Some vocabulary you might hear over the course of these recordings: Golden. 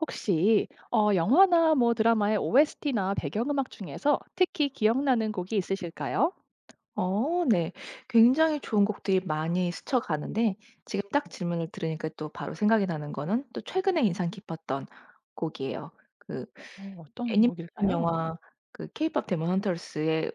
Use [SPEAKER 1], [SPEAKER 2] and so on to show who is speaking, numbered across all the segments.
[SPEAKER 1] 혹시 영화나 뭐 드라마의 OST나 배경음악 중에서 특히 기억나는 곡이 있으실까요?
[SPEAKER 2] 네. 굉장히 좋은 곡들이 많이 스쳐가는데 지금 딱 질문을 들으니까 또 바로 생각이 나는 거는 또 최근에 인상 깊었던 곡이에요. 그
[SPEAKER 1] 어떤
[SPEAKER 2] 애니메이션
[SPEAKER 1] 곡일까요?
[SPEAKER 2] 영화 그 케이팝 데몬 헌터스의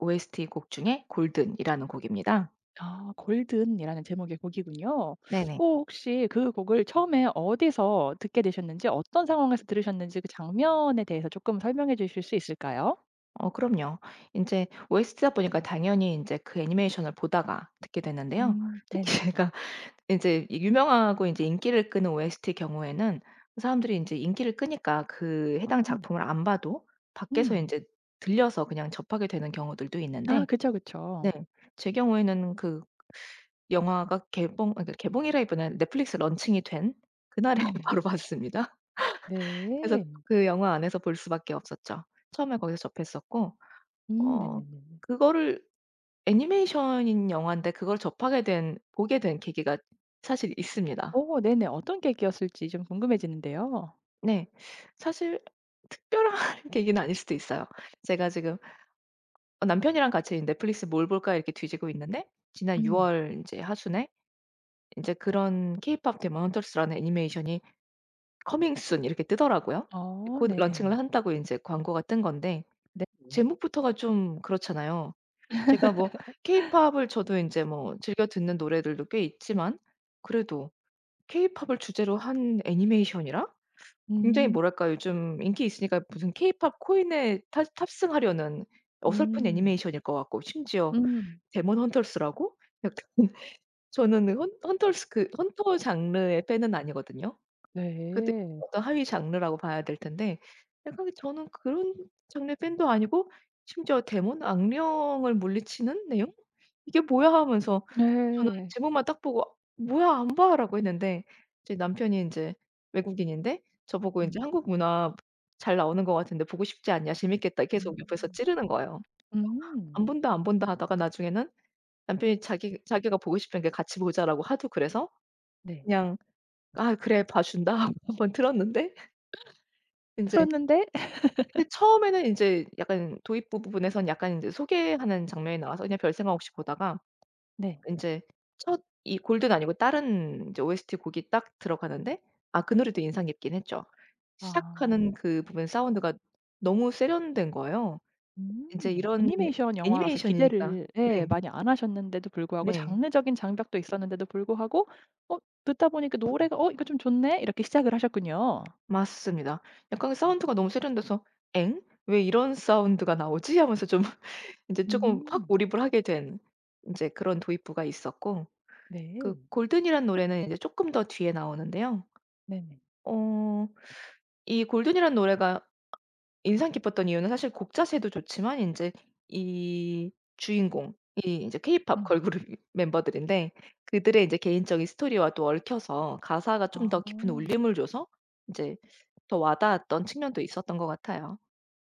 [SPEAKER 2] OST 곡 중에 골든이라는 곡입니다.
[SPEAKER 1] 아, 골든이라는 제목의 곡이군요.
[SPEAKER 2] 네네.
[SPEAKER 1] 오, 혹시 그 곡을 처음에 어디서 듣게 되셨는지, 어떤 상황에서 들으셨는지 그 장면에 대해서 조금 설명해 주실 수 있을까요?
[SPEAKER 2] 그럼요. 이제 OST다 보니까 당연히 이제 그 애니메이션을 보다가 듣게 됐는데요. 특히
[SPEAKER 1] 네네.
[SPEAKER 2] 제가 인제 이 유명하고 인제 인기를 끄는 OST 경우에는 사람들이 인제 인기를 끄니까 그 해당
[SPEAKER 1] 음,
[SPEAKER 2] 작품을 안 봐도 밖에서
[SPEAKER 1] 음.
[SPEAKER 2] 인제 들려서 그냥 접하게 되는 경우들도
[SPEAKER 1] 아,
[SPEAKER 2] 있는데,
[SPEAKER 1] 그쵸,
[SPEAKER 2] 네.
[SPEAKER 1] 그쵸.
[SPEAKER 2] 제 경우에는 그 영화가 개봉 아 그러니까 개봉이라기보다는 넷플릭스 런칭이 된 그날에 바로
[SPEAKER 1] 음,
[SPEAKER 2] 봤습니다. 그래서
[SPEAKER 1] 네.
[SPEAKER 2] 그 영화 안에서 볼 수밖에 없었죠. 처음에 거기서 접했었고 어
[SPEAKER 1] 네네네.
[SPEAKER 2] 그거를 애니메이션인 영화인데 그걸 접하게 된 보게 된 계기가 사실 있습니다.
[SPEAKER 1] 오, 네네. 어떤 계기였을지 좀 궁금해지는데요.
[SPEAKER 2] 네. 사실 특별한 계기는 아닐 수도 있어요. 제가 지금 남편이랑 같이 넷플릭스 '뭘 볼까?' 이렇게 뒤지고 있는데 지난 6
[SPEAKER 1] 음.
[SPEAKER 2] 월이제 하순에 이제 그런 케이팝 데몬 헌터스라는 애니메이션이 커밍순 이렇게 뜨더라고요.
[SPEAKER 1] 어
[SPEAKER 2] 곧
[SPEAKER 1] 네네네.
[SPEAKER 2] 런칭을 한다고 이제 광고가 뜬 건데
[SPEAKER 1] 네. 네.
[SPEAKER 2] 제목부터가 좀 그렇잖아요. 제가 뭐 케이팝을 저도 이제 뭐 즐겨 듣는 노래들도 꽤 있지만 그래도 케이팝을 주제로 한 애니메이션이라 굉장히
[SPEAKER 1] 음.
[SPEAKER 2] 뭐랄까 요즘 인기 있으니까 무슨 케이팝 코인에 탑 탑승하려는 어설픈
[SPEAKER 1] 음.
[SPEAKER 2] 애니메이션일 것 같고 심지어
[SPEAKER 1] 음.
[SPEAKER 2] 데몬 헌터스라고, 약간 저는 헌 헌터스 그 헌터 장르의 팬은 아니거든요. 그것도
[SPEAKER 1] 네.
[SPEAKER 2] 어떤 하위 장르라고 봐야 될 텐데, 약간 저는 그런 장르의 팬도 아니고 심지어 데몬, 악령을 물리치는 내용? '이게 뭐야?' 하면서 저는
[SPEAKER 1] 네.
[SPEAKER 2] 제목만 딱 보고 "뭐야, 안 봐."라고 했는데, 제 남편이 인제 외국인인데 저보고 인제
[SPEAKER 1] 음.
[SPEAKER 2] "한국 문화 잘 나오는 것 같은데 보고 싶지 않냐? 재밌겠다." 계속 옆에서
[SPEAKER 1] 음.
[SPEAKER 2] 찌르는 거예요. "안
[SPEAKER 1] 음.
[SPEAKER 2] 본다, 안 본다." 하다가 나중에는 남편이 자기가 보고 싶은 게, "같이 보자."라고 하도 그래서
[SPEAKER 1] 네.
[SPEAKER 2] 그냥 "아 그래, 봐 준다." 하고 한 번 틀었는데 인제.
[SPEAKER 1] 틀었는데
[SPEAKER 2] 근데 처음에는 인제 약간 도입부 부분에선 약간 인제 소개하는 장면이 나와서 그냥 별생각 없이 보다가
[SPEAKER 1] 네.
[SPEAKER 2] 인제 첫 이 골드는 아니고 다른 인제 OST 곡이 딱 들어가는데, 아 그 노래도 인상 깊긴 했죠.
[SPEAKER 1] 아.
[SPEAKER 2] 시작하는 그 부분 사운드가 너무 세련된 거예요. 인제
[SPEAKER 1] 음.
[SPEAKER 2] 이런
[SPEAKER 1] 애니메이션 영화라서
[SPEAKER 2] 애니메이션이니까.
[SPEAKER 1] 기대를 예
[SPEAKER 2] 네.
[SPEAKER 1] 많이 안 하셨는데도 불구하고
[SPEAKER 2] 네.
[SPEAKER 1] 장르적인 장벽도 있었는데도 불구하고 어 듣다 보니까 노래가 '어 이거 좀 좋네.' 이렇게 시작을 하셨군요.
[SPEAKER 2] 맞습니다. 약간 사운드가 너무 세련돼서 '엥? 왜 이런 사운드가 나오지?' 하면서 좀 인제 쪼금 확
[SPEAKER 1] 음.
[SPEAKER 2] 몰입을 하게 된 인제 그런 도입부가 있었고 그
[SPEAKER 1] 네.
[SPEAKER 2] 골든이란 노래는 이제 쪼끔 더 뒤에 나오는데요.
[SPEAKER 1] 네네.
[SPEAKER 2] 어 이 골든이란 노래가 인상 깊었던 이유는 사실 곡 자체도 좋지만 인제 이 주인공이 인제 케이팝
[SPEAKER 1] 음.
[SPEAKER 2] 걸그룹 멤버들인데 그들의 인제 개인적인 스토리와 또 얽혀서 가사가 좀 더
[SPEAKER 1] 아.
[SPEAKER 2] 깊은 울림을 줘서 인제 더 와닿았던 측면도 있었던 것 같아요.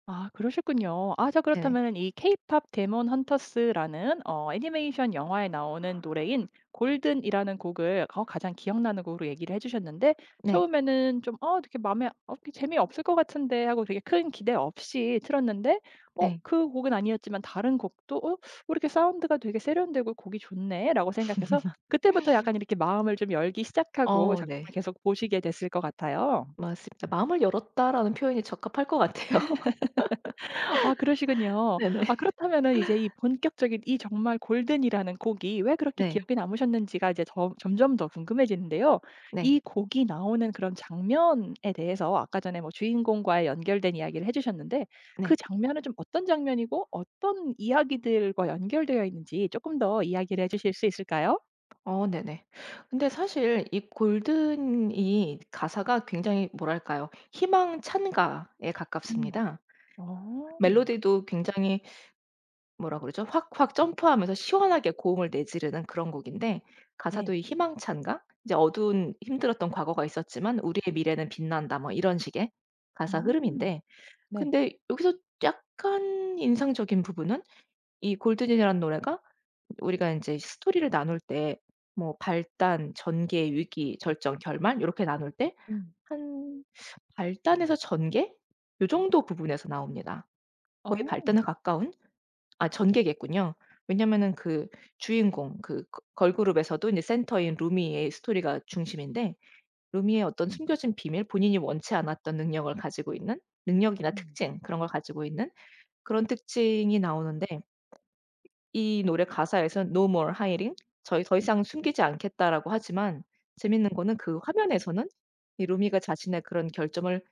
[SPEAKER 1] 아 그러셨군요. 아 자 그렇다
[SPEAKER 2] 네네.
[SPEAKER 1] 면 이 케이팝 데몬 헌터스라는 애니메이션 영화에 나오는 노래인 골든이라는 곡을 가장 기억나는 곡으로 얘기를 해 주셨는데
[SPEAKER 2] 네.
[SPEAKER 1] 처음에는 좀 '어 되게 에 어 재미없을 것 같은데.' 하고 되게 큰 기대 없이 틀었는데
[SPEAKER 2] 네.
[SPEAKER 1] 그 곡은 아니었지만 다른 곡도 '어 왜 이렇게 사운드가 되게 세련되고 곡이 좋네.'라고 생각해서 그때부터 약간 이렇게 마음을 좀 열기 시작하고 작품을
[SPEAKER 2] 네.
[SPEAKER 1] 계속 보시게 됐을 것 같아요.
[SPEAKER 2] 맞습니다. '마음을 열었다.'라는 표현이 적합할 것 같아요.
[SPEAKER 1] 아 그러시군요.
[SPEAKER 2] 네네.
[SPEAKER 1] 아
[SPEAKER 2] 네.
[SPEAKER 1] 그렇다면은 이제 이 본격적인 이 정말 골든이라는 곡이 왜 그렇게
[SPEAKER 2] 네.
[SPEAKER 1] 기억에 남으셨는지가 이제 점 점점 더 궁금해지는데요.
[SPEAKER 2] 네.
[SPEAKER 1] 이 곡이 나오는 그런 장면에 대해서 아까 전에 뭐 주인공과의 연결된 이야기를 해 주셨는데 그
[SPEAKER 2] 네.
[SPEAKER 1] 장면은 좀 어떤 장면이고 어떤 이야기들과 연결되어 있는지 조금 더 이야기를 해 주실 수 있을까요?
[SPEAKER 2] 네네. 근데 사실 이 골든이 가사가 굉장히 뭐랄까요? 희망찬 가에
[SPEAKER 1] 음.
[SPEAKER 2] 가깝습니다.
[SPEAKER 1] 어.
[SPEAKER 2] 멜로디도 굉장히 뭐라 그러죠? 확확 점프하면서 시원하게 고음을 내지르는 그런 곡인데
[SPEAKER 1] 네.
[SPEAKER 2] 가사도 이 희망찬 가 이제 "어두운 힘들었던 과거가 있었지만 우리의 미래는 빛난다." 뭐 이런 식의 가사
[SPEAKER 1] 음.
[SPEAKER 2] 흐름인데
[SPEAKER 1] 네.
[SPEAKER 2] 근데 여기서 약간 인상적인 부분은 이 골든이라는 노래가 우리가 이제 스토리를 나눌 때 뭐 발단, 전개, 위기, 절정, 결말 요렇게 나눌 때
[SPEAKER 1] 음.
[SPEAKER 2] 한 발단에서 전개 요 정도 부분에서 나옵니다. 거의
[SPEAKER 1] 어.
[SPEAKER 2] 발단에 가까운, 아 전개겠군요. 왜냐면은 그 주인공 그 거 걸그룹에서도 이제 센터인 루미의 스토리가 중심인데 루미의 어떤 숨겨진 비밀, 본인이 원치 않았던 능력을 가지고 있는 능력이나
[SPEAKER 1] 음.
[SPEAKER 2] 특징 그런 걸 가지고 있는 그런 특징이 나오는데 이 노래 가사에선 "No more hiding." "저희 더 이상 숨기지 않겠다."라고 하지만 재밌는 거는 그 화면에서는 이 루미가 자신의 그런 결점을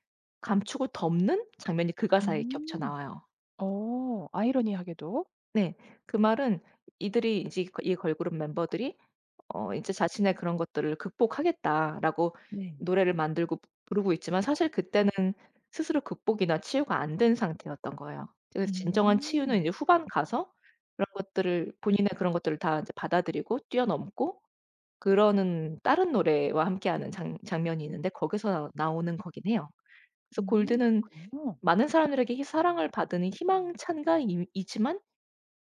[SPEAKER 2] 감추고 덮는 장면이 그 가사에 겹쳐
[SPEAKER 1] 음.
[SPEAKER 2] 나와요.
[SPEAKER 1] 아이러니하게도.
[SPEAKER 2] 네. 그 말은 이들이 이제 이 걸그룹 멤버들이 어 이제 자신의 그런 것들을 극복하겠다라고
[SPEAKER 1] 네.
[SPEAKER 2] 노래를 만들고 부르고 있지만 사실 그때는 스스로 극복이나 치유가 안 된 상태였던 거예요. 그래서 진정한 치유는
[SPEAKER 1] 음.
[SPEAKER 2] 이제 후반 가서 그런 것들을, 본인의 그런 것들을 다 이제 받아들이고 뛰어넘고 그러는 다른 노래와 함께하는 장 장면이 있는데 거기서 나오는 거긴 해요. 그래서 골드는
[SPEAKER 1] 그렇군요.
[SPEAKER 2] 많은 사람들에게 사랑을 받은 희망찬가 이지만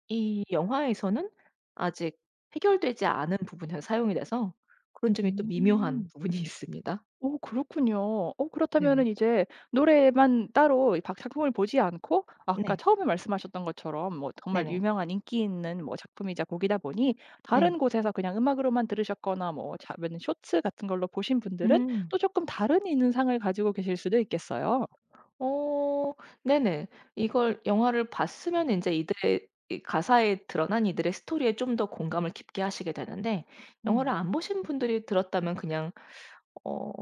[SPEAKER 2] 이 영화에서는 아직 해결되지 않은 부분에서 사용이 돼서 그런 점이 또 미묘한
[SPEAKER 1] 음.
[SPEAKER 2] 부분이 있습니다.
[SPEAKER 1] 그렇군요. 그렇다면은
[SPEAKER 2] 네네.
[SPEAKER 1] 이제 노래만 따로 이 박 작품을 보지 않고 아까
[SPEAKER 2] 네.
[SPEAKER 1] 처음에 말씀하셨던 것처럼 뭐 정말
[SPEAKER 2] 네네.
[SPEAKER 1] 유명한 인기 있는 뭐 작품이자 곡이다 보니
[SPEAKER 2] 네.
[SPEAKER 1] 다른 곳에서 그냥 음악으로만 들으셨거나 뭐 자면 쇼츠 같은 걸로 보신 분들은
[SPEAKER 2] 음.
[SPEAKER 1] 또 쪼끔 다른 인상을 가지고 계실 수도 있겠어요.
[SPEAKER 2] 어 네네. 이걸 영화를 봤으면 인제 이들의 이 가사에 드러난 이들의 스토리에 좀 더 공감을 깊게 하시게 되는데 영화를
[SPEAKER 1] 음.
[SPEAKER 2] 안 보신 분들이 들었다면 그냥 어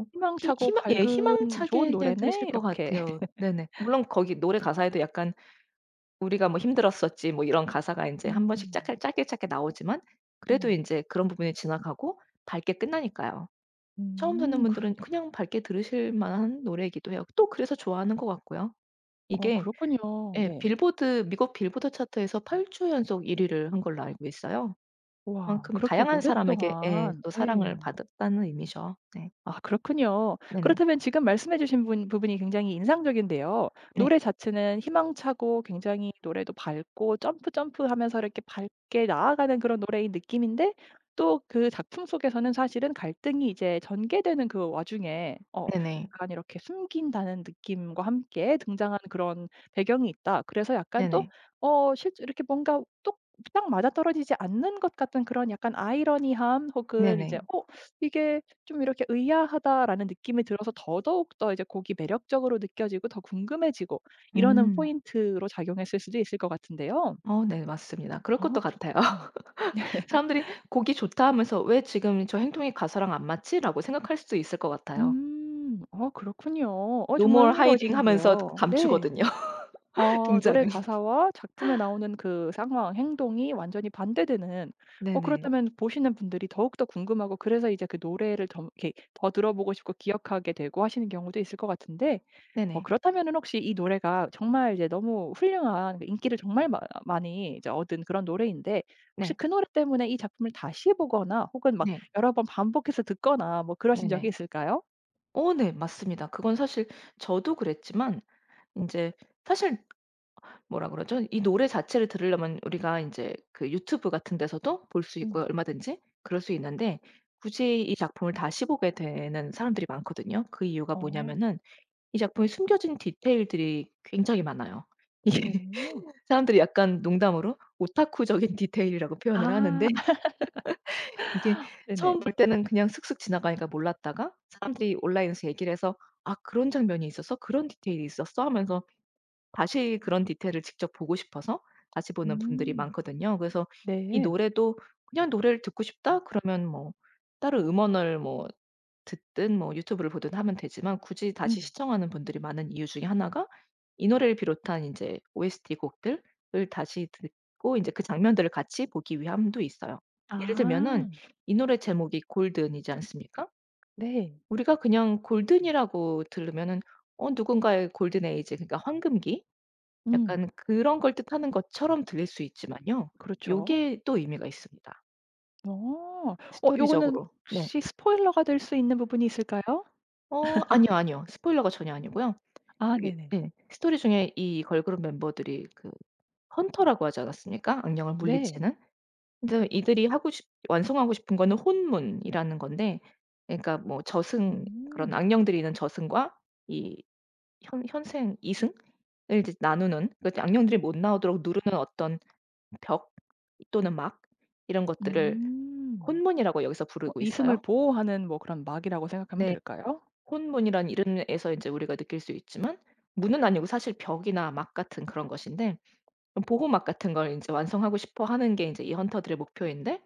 [SPEAKER 2] 희
[SPEAKER 1] '희망차고
[SPEAKER 2] 희망 예
[SPEAKER 1] 밝은 좋은
[SPEAKER 2] 희망차게 그냥
[SPEAKER 1] 노래네.'
[SPEAKER 2] 들으실 것
[SPEAKER 1] 이렇게.
[SPEAKER 2] 같아요. 네네. 물론 거기 노래 가사에도 약간 "우리가 뭐 힘들었었지." 뭐 이런 가사가 인제 한 번씩 짝
[SPEAKER 1] 음.
[SPEAKER 2] 짧게 짧게 나오지만 그래도
[SPEAKER 1] 음.
[SPEAKER 2] 인제 그런 부분이 지나가고 밝게 끝나니까요. 처음 듣는
[SPEAKER 1] 음.
[SPEAKER 2] 분들은 그냥 밝게 들으실 만한 노래이기도 해요. 또 그래서 좋아하는 것 같고요. 이게
[SPEAKER 1] 그렇군요.
[SPEAKER 2] 예
[SPEAKER 1] 네.
[SPEAKER 2] 빌보드, 미국 빌보드 차트에서 8주 연속 1 위를 한 걸로 알고 있어요.
[SPEAKER 1] 와
[SPEAKER 2] 그만큼
[SPEAKER 1] 그렇게
[SPEAKER 2] 다양한 사람에게 예
[SPEAKER 1] 오랫동안
[SPEAKER 2] 또 사랑을
[SPEAKER 1] 예.
[SPEAKER 2] 받았다는 의미죠. 네.
[SPEAKER 1] 아 그렇군요.
[SPEAKER 2] 네네.
[SPEAKER 1] 그렇다면 지금 말씀해 주신 분 부분이 굉장히 인상적인데요.
[SPEAKER 2] 네.
[SPEAKER 1] 노래 자체는 희망차고 굉장히 노래도 밝고 점프 점프하면서 이렇게 밝게 나아가는 그런 노래의 느낌인데 또 그 작품 속에서는 사실은 갈등이 이제 전개되는 그 와중에
[SPEAKER 2] 네네.
[SPEAKER 1] 약간 이렇게 숨긴다는 느낌과 함께 등장하는 그런 배경이 있다. 그래서 약간 또
[SPEAKER 2] 네네.
[SPEAKER 1] 실제 이렇게 뭔가 똑딱 맞아떨어지지 않는 것 같은 그런 약간 아이러니함 혹은 이제
[SPEAKER 2] 네네.
[SPEAKER 1] '어 이게 좀 이렇게 의아하다라는 느낌이 들어서 더더욱 더 이제 곡이 매력적으로 느껴지고 더 궁금해지고 이러는
[SPEAKER 2] 음.
[SPEAKER 1] 포인트로 작용했을 수도 있을 것 같은데요.
[SPEAKER 2] 네 맞습니다. 그럴
[SPEAKER 1] 어
[SPEAKER 2] 것도
[SPEAKER 1] 그렇
[SPEAKER 2] 같아요.
[SPEAKER 1] 음.
[SPEAKER 2] 사람들이 '곡이 좋다.' 하면서 '왜 지금 저 행동이 가사랑 안 맞지?'라고 생각할 수도 있을 것 같아요.
[SPEAKER 1] 그렇군요.
[SPEAKER 2] No
[SPEAKER 1] 정말
[SPEAKER 2] more hiding 하면서
[SPEAKER 1] 흥미로워지는데요. 네.
[SPEAKER 2] 감추거든요,
[SPEAKER 1] 노래
[SPEAKER 2] 동작은.
[SPEAKER 1] 가사와 작품에 나오는 그 상황, 행동이 완전히 반대되는
[SPEAKER 2] 네네.
[SPEAKER 1] 그렇다면 보시는 분들이 더욱더 궁금하고 그래서 이제 그 노래를 더 이렇게 더 들어보고 싶고 기억하게 되고 하시는 경우도 있을 것 같은데
[SPEAKER 2] 네네.
[SPEAKER 1] 그렇다면은 혹시 이 노래가 정말 이제 너무 훌륭한 그 인기를 정말 마 많이 이제 얻은 그런 노래인데 혹시
[SPEAKER 2] 네.
[SPEAKER 1] 그 노래 때문에 이 작품을 다시 보거나 혹은 막
[SPEAKER 2] 네.
[SPEAKER 1] 여러 번 반복해서 듣거나 뭐 그러신 적이
[SPEAKER 2] 네네.
[SPEAKER 1] 있을까요?
[SPEAKER 2] 네. 맞습니다. 그건 사실 저도 그랬지만 이제 사실 뭐라 그러죠? 이 노래 자체를 들으려면 우리가 이제 그 유튜브 같은 데서도 볼 수 있고요,
[SPEAKER 1] 음.
[SPEAKER 2] 얼마든지. 그럴 수 있는데 굳이 이 작품을 다시 보게 되는 사람들이 많거든요. 그 이유가
[SPEAKER 1] 어
[SPEAKER 2] 뭐냐면은 이 작품에 숨겨진 디테일들이 굉장히 많아요. 이게
[SPEAKER 1] 네.
[SPEAKER 2] 사람들이 약간 농담으로 오타쿠적인 디테일이라고 표현을
[SPEAKER 1] 아.
[SPEAKER 2] 하는데 이게
[SPEAKER 1] 네네.
[SPEAKER 2] 처음 볼 때는 그냥 슥슥 지나가니까 몰랐다가 사람들이 온라인에서 얘기를 해서 "아 그런 장면이 있었어? 그런 디테일이 있었어?" 하면서 다시 그런 디테일을 직접 보고 싶어서 다시 보는 분들이
[SPEAKER 1] 음.
[SPEAKER 2] 많거든요. 그래서 이
[SPEAKER 1] 네.
[SPEAKER 2] 노래도 그냥 노래를 듣고 싶다 그러면 뭐 따로 음원을 뭐 듣든 뭐 유튜브를 보든 하면 되지만 굳이 다시
[SPEAKER 1] 음.
[SPEAKER 2] 시청하는 분들이 많은 이유 중에 하나가 이 노래를 비롯한 인제 OST 곡들을 다시 듣고 인제 그 장면들을 같이 보기 위함도 있어요. 예를
[SPEAKER 1] 아.
[SPEAKER 2] 들면은 이 노래 제목이 골든이지 않습니까?
[SPEAKER 1] 네.
[SPEAKER 2] 우리가 그냥 골든이라고 들으면은 어 누군가의 골든 에이지, 그러니까 황금기,
[SPEAKER 1] 음.
[SPEAKER 2] 약간 그런 걸 뜻하는 것처럼 들릴 수 있지만요.
[SPEAKER 1] 그렇죠.
[SPEAKER 2] 요게 또 의미가 있습니다,
[SPEAKER 1] 어. 요거는
[SPEAKER 2] 스토리적으로. 네.
[SPEAKER 1] 혹시 스포일러가 될 수 있는 부분이 있을까요?
[SPEAKER 2] 아니요, 아니요. 스포일러가 전혀 아니고요.
[SPEAKER 1] 아
[SPEAKER 2] 저기
[SPEAKER 1] 네네.
[SPEAKER 2] 예. 스토리 중에 이 걸그룹 멤버들이 그 헌터라고 하지 않았습니까? 악령을
[SPEAKER 1] 네.
[SPEAKER 2] 물리치는. 근데 이들이 하고 싶 완성하고 싶은 거는 혼문이라는 건데 그러니까 뭐 저승, 그런
[SPEAKER 1] 음.
[SPEAKER 2] 악령들이 있는 저승과 이 현 현생 이승을 이제 나누는, 그러니까 악령들이 못 나오도록 누르는 어떤 벽 또는 막 이런 것들을
[SPEAKER 1] 음.
[SPEAKER 2] 혼문이라고 여기서 부르고
[SPEAKER 1] 이승을
[SPEAKER 2] 있어요.
[SPEAKER 1] 보호하는 뭐 그런 막이라고 생각하면
[SPEAKER 2] 네.
[SPEAKER 1] 될까요?
[SPEAKER 2] 혼문이란 이름에서 인제 우리가 느낄 수 있지만 문은 아니고 사실 벽이나 막 같은 그런 것인데 그 보호막 같은 걸 인제 완성하고 싶어 하는 게 인제 이 헌터들의 목표인데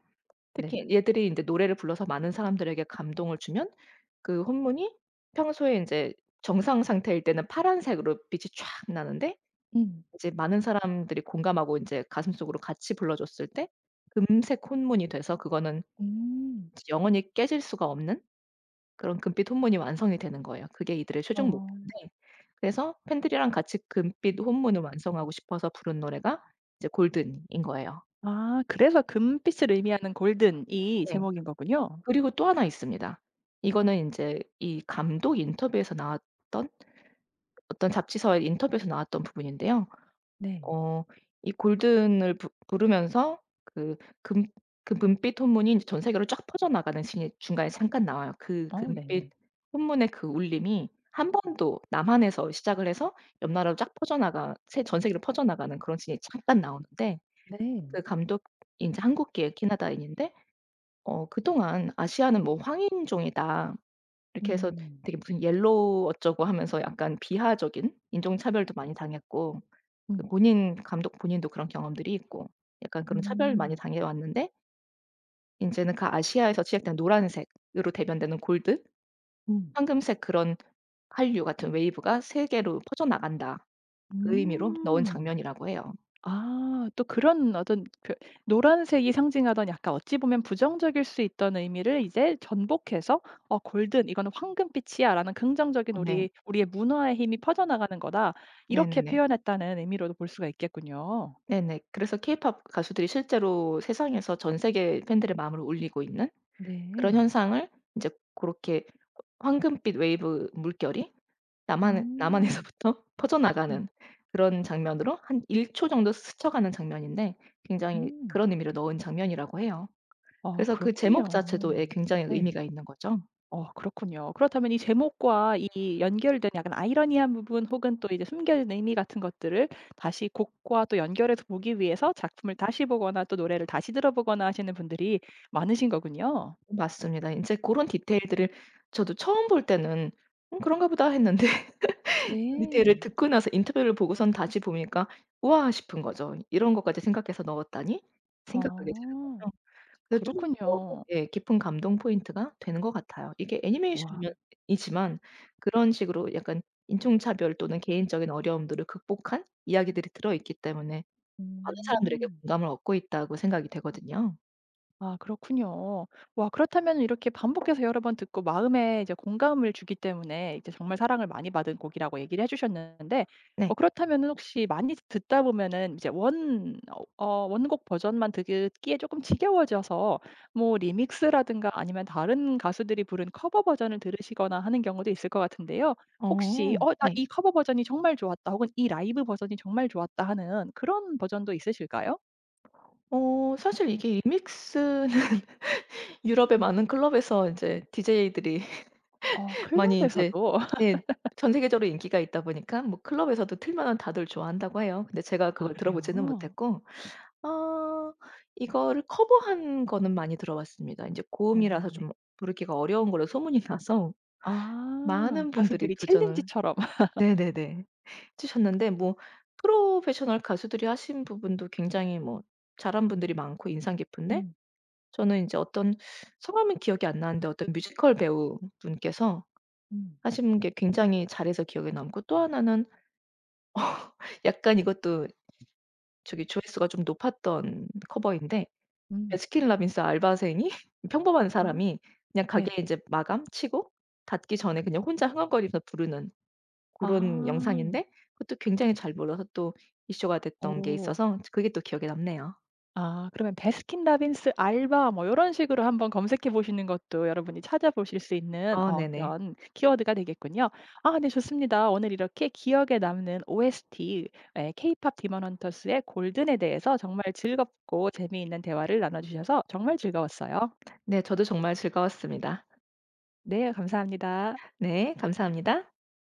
[SPEAKER 1] 네.
[SPEAKER 2] 특히 얘들이 인제 노래를 불러서 많은 사람들에게 감동을 주면 그 혼문이 평소에 인제 정상 상태일 때는 파란색으로 빛이 촥 나는데
[SPEAKER 1] 음.
[SPEAKER 2] 이제 많은 사람들이 공감하고 인제 가슴속으로 같이 불러 줬을 때 금색 혼문이 돼서, 그거는
[SPEAKER 1] 음.
[SPEAKER 2] 이제 영원히 깨질 수가 없는 그런 금빛 혼문이 완성이 되는 거예요. 그게 이들의 최종
[SPEAKER 1] 어.
[SPEAKER 2] 목표인데 그래서 팬들이랑 같이 금빛 혼문을 완성하고 싶어서 부른 노래가 이제 골든인 거예요.
[SPEAKER 1] 아 그래서 금빛을 의미하는 골든 이
[SPEAKER 2] 네.
[SPEAKER 1] 제목인 거군요.
[SPEAKER 2] 그리고 또 하나 있습니다. 이거는 이제 이 감독 인터뷰에서 나왔던, 어떤 잡지사의 인터뷰에서 나왔던 부분인데요.
[SPEAKER 1] 네.
[SPEAKER 2] 어 이 골든을 부 부르면서 그 금 그 금빛 혼문이 제전 세계로 쫙 퍼져나가는 씬이 중간에 잠깐 나와요. 그
[SPEAKER 1] 어
[SPEAKER 2] 금빛
[SPEAKER 1] 네네.
[SPEAKER 2] 혼문의 그 울림이 한 번도 남한에서 시작을 해서 옆 나라로 쫙 퍼져나가 세 전 세계로 퍼져나가는 그런 씬이 잠깐 나오는데
[SPEAKER 1] 네.
[SPEAKER 2] 그 감독이 제 한국계 캐나다인인데 어 그동안 "아시아는 뭐 황인종이다." 이렇게 해서
[SPEAKER 1] 음.
[SPEAKER 2] 되게 무슨 옐로우 어쩌고 하면서 약간 비하적인 인종차별도 많이 당했고 그
[SPEAKER 1] 음.
[SPEAKER 2] 본인, 감독 본인도 그런 경험들이 있고 약간 그런 차별을 많이
[SPEAKER 1] 음.
[SPEAKER 2] 당해 왔는데 인제는 그 아시아에서 취약된 노란색으로 대변되는 골드,
[SPEAKER 1] 음.
[SPEAKER 2] 황금색 그런 한류 같은 웨이브가 세계로 퍼져나간다, 그 의미로 넣은
[SPEAKER 1] 음.
[SPEAKER 2] 장면이라고 해요.
[SPEAKER 1] 아 또 그런 어떤 그 노란색이 상징하던 약간 어찌 보면 부정적일 수 있던 의미를 이제 전복해서 '어 골든 이거는 황금빛이야.'라는 긍정적인
[SPEAKER 2] 어 네.
[SPEAKER 1] 우리의 문화의 힘이 퍼져나가는 거다. 이렇게
[SPEAKER 2] 네네네.
[SPEAKER 1] 표현했다는 의미로도 볼 수가 있겠군요.
[SPEAKER 2] 네네. 그래서 케이팝 가수들이 실제로 세상에서 전 세계 팬들의 마음을 울리고 있는
[SPEAKER 1] 네.
[SPEAKER 2] 그런 현상을 인제 고렇게 황금빛 웨이브 물결이 남한
[SPEAKER 1] 음.
[SPEAKER 2] 남한에서부터 퍼져나가는
[SPEAKER 1] 음.
[SPEAKER 2] 그런 장면으로 한 1초 정도 스쳐가는 장면인데 굉장히
[SPEAKER 1] 음.
[SPEAKER 2] 그런 의미로 넣은 장면이라고 해요.
[SPEAKER 1] 아
[SPEAKER 2] 그래서 그 제목
[SPEAKER 1] 그렇군요.
[SPEAKER 2] 자체도 예 굉장히
[SPEAKER 1] 네.
[SPEAKER 2] 의미가 있는 거죠.
[SPEAKER 1] 그렇군요. 그렇다면 이 제목과 이 연결된 약간 아이러니한 부분 혹은 또 이제 숨겨진 의미 같은 것들을 다시 곡과 또 연결해서 보기 위해서 작품을 다시 보거나 또 노래를 다시 들어보거나 하시는 분들이 많으신 거군요.
[SPEAKER 2] 맞습니다. 인제 고런 디테일들을 저도 처음 볼 때는 '음 그런가 보다.' 했는데
[SPEAKER 1] 네.
[SPEAKER 2] 디테일을 듣고 나서 인터뷰를 보고선 다시 보니까 '우와.' 싶은 거죠. '이런 것까지 생각해서 넣었다니?' 생각하게 되는
[SPEAKER 1] 아
[SPEAKER 2] 거죠. 그래서 좀 더
[SPEAKER 1] 그렇군요.
[SPEAKER 2] 예 깊은 감동 포인트가 되는 것 같아요. 이게
[SPEAKER 1] 와.
[SPEAKER 2] 애니메이션이면 이지만 그런 식으로 약간 인종차별 또는 개인적인 어려움들을 극복한 이야기들이 들어있기 때문에 많은 사람들에게
[SPEAKER 1] 음.
[SPEAKER 2] 공감을 얻고 있다고 생각이 되거든요.
[SPEAKER 1] 아 그렇군요. 와 그렇다면 이렇게 반복해서 여러 번 듣고 마음에 이제 공감을 주기 때문에 이제 정말 사랑을 많이 받은 곡이라고 얘기를 해 주셨는데
[SPEAKER 2] 네.
[SPEAKER 1] 그렇다면은 혹시 많이 듣다 보면은 이제 원곡 버전만 듣기에 조금 지겨워져서 뭐 리믹스라든가 아니면 다른 가수들이 부른 커버 버전을 들으시거나 하는 경우도 있을 것 같은데요. 혹시 '어
[SPEAKER 2] 어
[SPEAKER 1] 나
[SPEAKER 2] 네.
[SPEAKER 1] 이 커버 버전이 정말 좋았다.' 혹은 '이 라이브 버전이 정말 좋았다.' 하는 그런 버전도 있으실까요?
[SPEAKER 2] 사실 이게 리믹스는 유럽의 많은 클럽에서 인제 디제이들이 많이 인제
[SPEAKER 1] 클럽에서도
[SPEAKER 2] 예 전 세계적으로 인기가 있다 보니까 뭐 클럽에서도 틀면은 다들 좋아한다고 해요. 근데 제가
[SPEAKER 1] 아
[SPEAKER 2] 그걸 들어보지는
[SPEAKER 1] 그래요?
[SPEAKER 2] 못했고 아 이거를 커버한 거는 많이 들어봤습니다. 인제
[SPEAKER 1] 어
[SPEAKER 2] 고음이라서
[SPEAKER 1] 네.
[SPEAKER 2] 좀 부르기가 어려운 걸로 소문이 나서
[SPEAKER 1] 아.
[SPEAKER 2] 많은 분들이
[SPEAKER 1] 가수들이
[SPEAKER 2] 도전을
[SPEAKER 1] 챌린지처럼.
[SPEAKER 2] 네네네. 해 주셨는데 뭐 프로페셔널 가수들이 하신 부분도 굉장히 뭐 잘한 분들이 많고 인상 깊은데
[SPEAKER 1] 음.
[SPEAKER 2] 저는 인제 어떤 성함은 기억이 안 나는데 어떤 뮤지컬 배우분께서
[SPEAKER 1] 음.
[SPEAKER 2] 하신 게 굉장히 잘해서 기억에 남고 또 하나는 약간 이것도 저기 조회수가 좀 높았던 커버인데
[SPEAKER 1] 음.
[SPEAKER 2] 베스킨 라빈스 알바생이 평범한
[SPEAKER 1] 어.
[SPEAKER 2] 사람이 그냥
[SPEAKER 1] 네.
[SPEAKER 2] 가게 이제 마감 치고 닫기 전에 그냥 혼자 흥얼거리면서 부르는 그런
[SPEAKER 1] 아.
[SPEAKER 2] 영상인데 그것도 굉장히 잘 불러서 또 이슈가 됐던 게
[SPEAKER 1] 어.
[SPEAKER 2] 있어서 그게 또 기억에 남네요.
[SPEAKER 1] 아 그러면 베스킨 라빈스 알바 뭐 요런 식으로 한번 검색해 보시는 것도 여러분이 찾아보실 수 있는
[SPEAKER 2] 어 네네.
[SPEAKER 1] 그런 키워드가 되겠군요. 아 네 좋습니다. 오늘 이렇게 기억에 남는 OST 예 케이팝 디먼 헌터스의 골든에 대해서 정말 즐겁고 재미있는 대화를 나눠 주셔서 정말 즐거웠어요.
[SPEAKER 2] 네 저도 정말 즐거웠습니다.
[SPEAKER 1] 네 감사합니다.
[SPEAKER 2] 네 감사합니다.